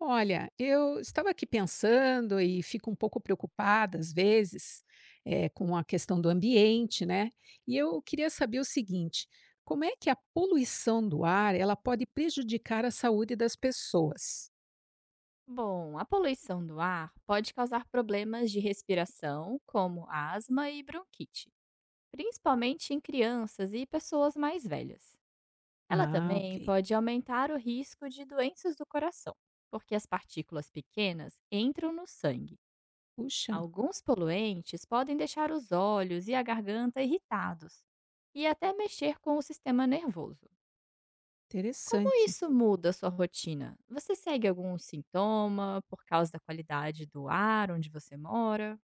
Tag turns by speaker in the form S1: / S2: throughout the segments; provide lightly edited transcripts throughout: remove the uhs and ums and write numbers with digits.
S1: Olha, eu estava aqui pensando e fico um pouco preocupada às vezes com a questão do ambiente, né? E eu queria saber o seguinte: como é que a poluição do ar ela pode prejudicar a saúde das pessoas?
S2: Bom, a poluição do ar pode causar problemas de respiração, como asma e bronquite, principalmente em crianças e pessoas mais velhas. Ela
S1: Ah,
S2: também
S1: ok.
S2: pode aumentar o risco de doenças do coração, porque as partículas pequenas entram no sangue.
S1: Puxa,
S2: Alguns poluentes podem deixar os olhos e a garganta irritados e até mexer com o sistema nervoso. Como
S1: interessante.
S2: isso muda a sua rotina? Você segue algum sintoma por causa da qualidade do ar onde você mora?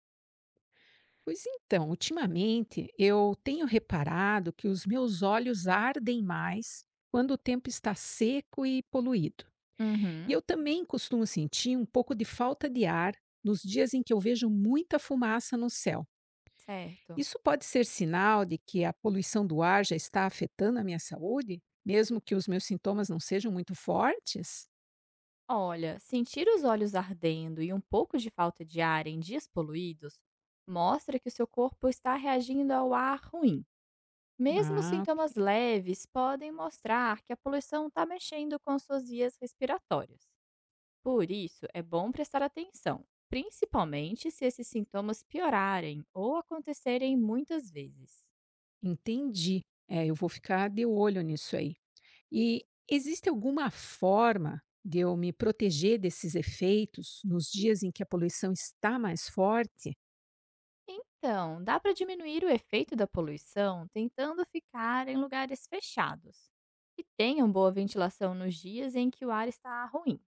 S1: Pois então, ultimamente eu tenho reparado que os meus olhos ardem mais quando o tempo está seco e poluído. E
S2: Uhum,
S1: eu também costumo sentir um pouco de falta de ar nos dias em que eu vejo muita fumaça no céu.
S2: certo.
S1: Isso pode ser sinal de que a poluição do ar já está afetando a minha saúde, mesmo que os meus sintomas não sejam muito fortes?
S2: Olha, sentir os olhos ardendo e um pouco de falta de ar em dias poluídos mostra que o seu corpo está reagindo ao ar ruim. Mesmo
S1: Ah,
S2: sintomas
S1: ok.
S2: leves podem mostrar que a poluição está mexendo com suas vias respiratórias. Por isso, é bom prestar atenção, principalmente se esses sintomas piorarem ou acontecerem muitas vezes.
S1: Entendi. É, eu vou ficar de olho nisso aí. E existe alguma forma de eu me proteger desses efeitos nos dias em que a poluição está mais forte?
S2: Então, dá para diminuir o efeito da poluição tentando ficar em lugares fechados e tenham boa ventilação nos dias em que o ar está ruim.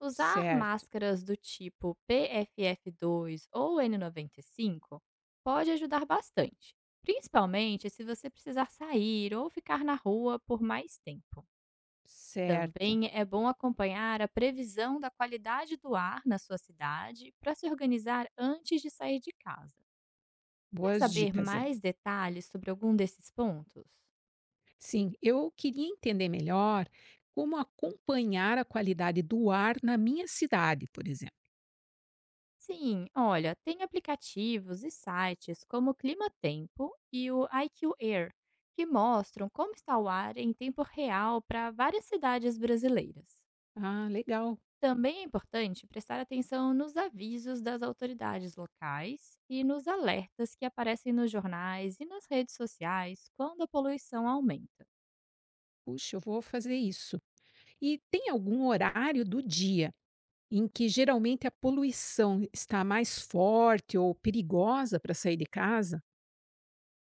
S2: Usar
S1: Certo,
S2: máscaras do tipo PFF2 ou N95 pode ajudar bastante, principalmente se você precisar sair ou ficar na rua por mais tempo.
S1: certo.
S2: Também é bom acompanhar a previsão da qualidade do ar na sua cidade para se organizar antes de sair de casa. Quer
S1: Boas
S2: saber
S1: dicas, é.
S2: mais detalhes sobre algum desses pontos?
S1: Sim, eu queria entender melhor como acompanhar a qualidade do ar na minha cidade, por exemplo.
S2: Sim, olha, tem aplicativos e sites como o Climatempo e o IQ Air, que mostram como está o ar em tempo real para várias cidades brasileiras.
S1: Ah, legal.
S2: Também é importante prestar atenção nos avisos das autoridades locais e nos alertas que aparecem nos jornais e nas redes sociais quando a poluição aumenta.
S1: Puxa, eu vou fazer isso. E tem algum horário do dia em que geralmente a poluição está mais forte ou perigosa para sair de casa?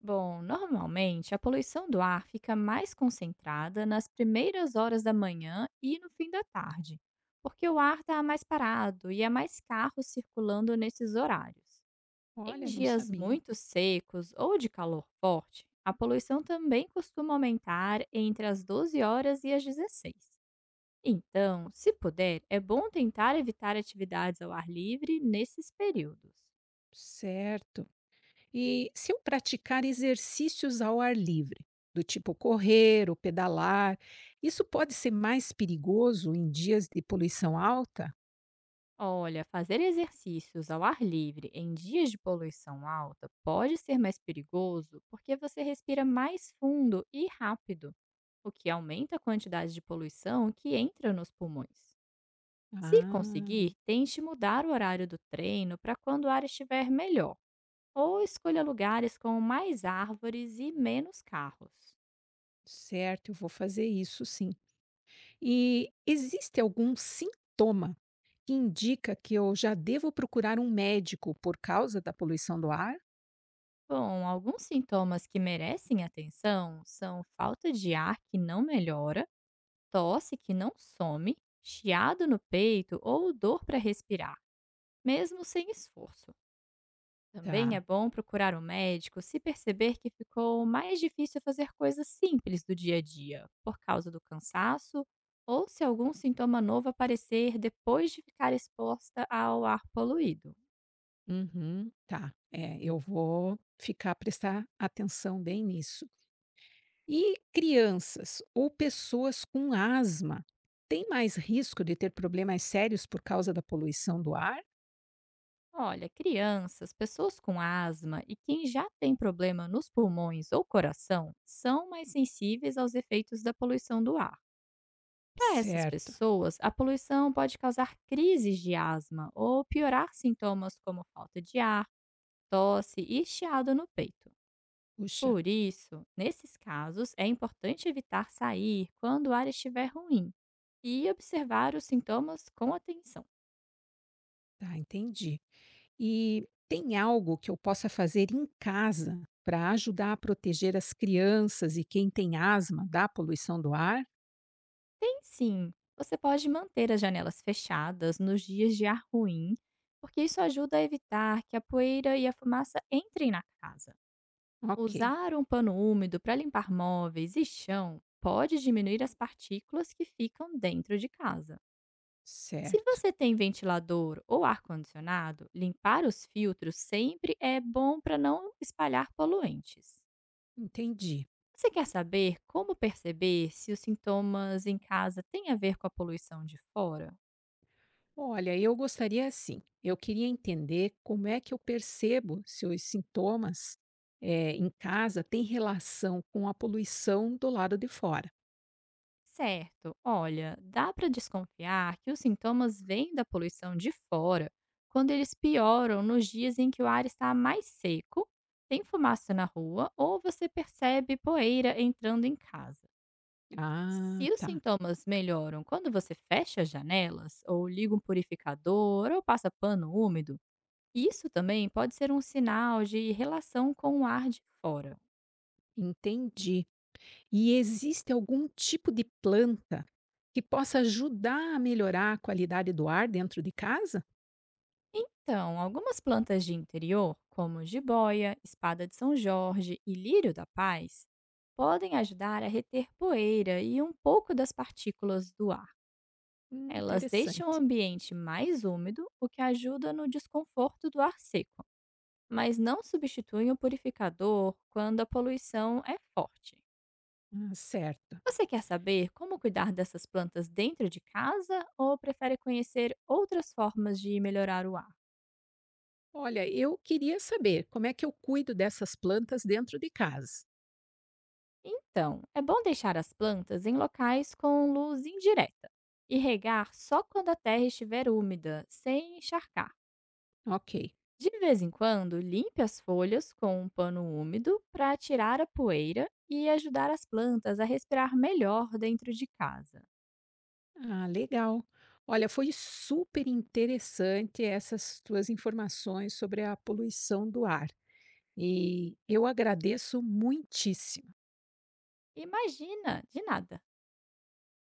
S2: Bom, normalmente a poluição do ar fica mais concentrada nas primeiras horas da manhã e no fim da tarde, porque o ar está mais parado e há mais carros circulando nesses horários. Em
S1: Olha, não
S2: dias
S1: sabia.
S2: muito secos ou de calor forte, a poluição também costuma aumentar entre as 12 horas e as 16. Então, se puder, é bom tentar evitar atividades ao ar livre nesses períodos.
S1: Certo. E se eu praticar exercícios ao ar livre, do tipo correr ou pedalar, isso pode ser mais perigoso em dias de poluição alta?
S2: Olha, fazer exercícios ao ar livre em dias de poluição alta pode ser mais perigoso porque você respira mais fundo e rápido, o que aumenta a quantidade de poluição que entra nos pulmões. Se
S1: Ah,
S2: conseguir, tente mudar o horário do treino para quando o ar estiver melhor, ou escolha lugares com mais árvores e menos carros.
S1: certo, eu vou fazer isso sim. E existe algum sintoma que indica que eu já devo procurar um médico por causa da poluição do ar?
S2: Bom, alguns sintomas que merecem atenção são falta de ar que não melhora, tosse que não some, chiado no peito ou dor para respirar, mesmo sem esforço. Também
S1: Tá.
S2: é bom procurar um médico se perceber que ficou mais difícil fazer coisas simples do dia a dia, por causa do cansaço ou se algum sintoma novo aparecer depois de ficar exposta ao ar poluído.
S1: Uhum, tá. É, eu vou ficar prestar atenção bem nisso. E crianças ou pessoas com asma têm mais risco de ter problemas sérios por causa da poluição do ar?
S2: Olha, crianças, pessoas com asma e quem já tem problema nos pulmões ou coração são mais sensíveis aos efeitos da poluição do ar. Para essas
S1: Certo.
S2: pessoas, a poluição pode causar crises de asma ou piorar sintomas como falta de ar, tosse e chiado no peito.
S1: Puxa,
S2: Por isso, nesses casos, é importante evitar sair quando o ar estiver ruim e observar os sintomas com atenção.
S1: tá, entendi. E tem algo que eu possa fazer em casa para ajudar a proteger as crianças e quem tem asma da poluição do ar?
S2: Tem sim, você pode manter as janelas fechadas nos dias de ar ruim, porque isso ajuda a evitar que a poeira e a fumaça entrem na casa.
S1: Ok,
S2: Usar um pano úmido para limpar móveis e chão pode diminuir as partículas que ficam dentro de casa. Se
S1: certo,
S2: você tem ventilador ou ar-condicionado, limpar os filtros sempre é bom para não espalhar poluentes.
S1: entendi.
S2: Você quer saber como perceber se os sintomas em casa têm a ver com a poluição de fora?
S1: Olha, eu gostaria assim, eu queria entender como é que eu percebo se os sintomas em casa têm relação com a poluição do lado de fora.
S2: Certo, olha, dá para desconfiar que os sintomas vêm da poluição de fora quando eles pioram nos dias em que o ar está mais seco, tem fumaça na rua ou você percebe poeira entrando em casa.
S1: Ah,
S2: Se os
S1: tá,
S2: sintomas melhoram quando você fecha as janelas, ou liga um purificador, ou passa pano úmido, isso também pode ser um sinal de relação com o ar de fora.
S1: entendi. E existe algum tipo de planta que possa ajudar a melhorar a qualidade do ar dentro de casa?
S2: Então, algumas plantas de interior, como jiboia, espada de São Jorge e lírio da paz, podem ajudar a reter poeira e um pouco das partículas do ar. Elas deixam o
S1: Interessante.
S2: ambiente mais úmido, o que ajuda no desconforto do ar seco, mas não substituem o purificador quando a poluição é forte.
S1: Ah, certo.
S2: Você quer saber como cuidar dessas plantas dentro de casa ou prefere conhecer outras formas de melhorar o ar?
S1: Olha, eu queria saber como é que eu cuido dessas plantas dentro de casa.
S2: Então, é bom deixar as plantas em locais com luz indireta e regar só quando a terra estiver úmida, sem encharcar.
S1: Ok.
S2: De vez em quando, limpe as folhas com um pano úmido para tirar a poeira e ajudar as plantas a respirar melhor dentro de casa.
S1: Ah, legal. Olha, foi super interessante essas tuas informações sobre a poluição do ar. E eu agradeço muitíssimo.
S2: Imagina, de nada.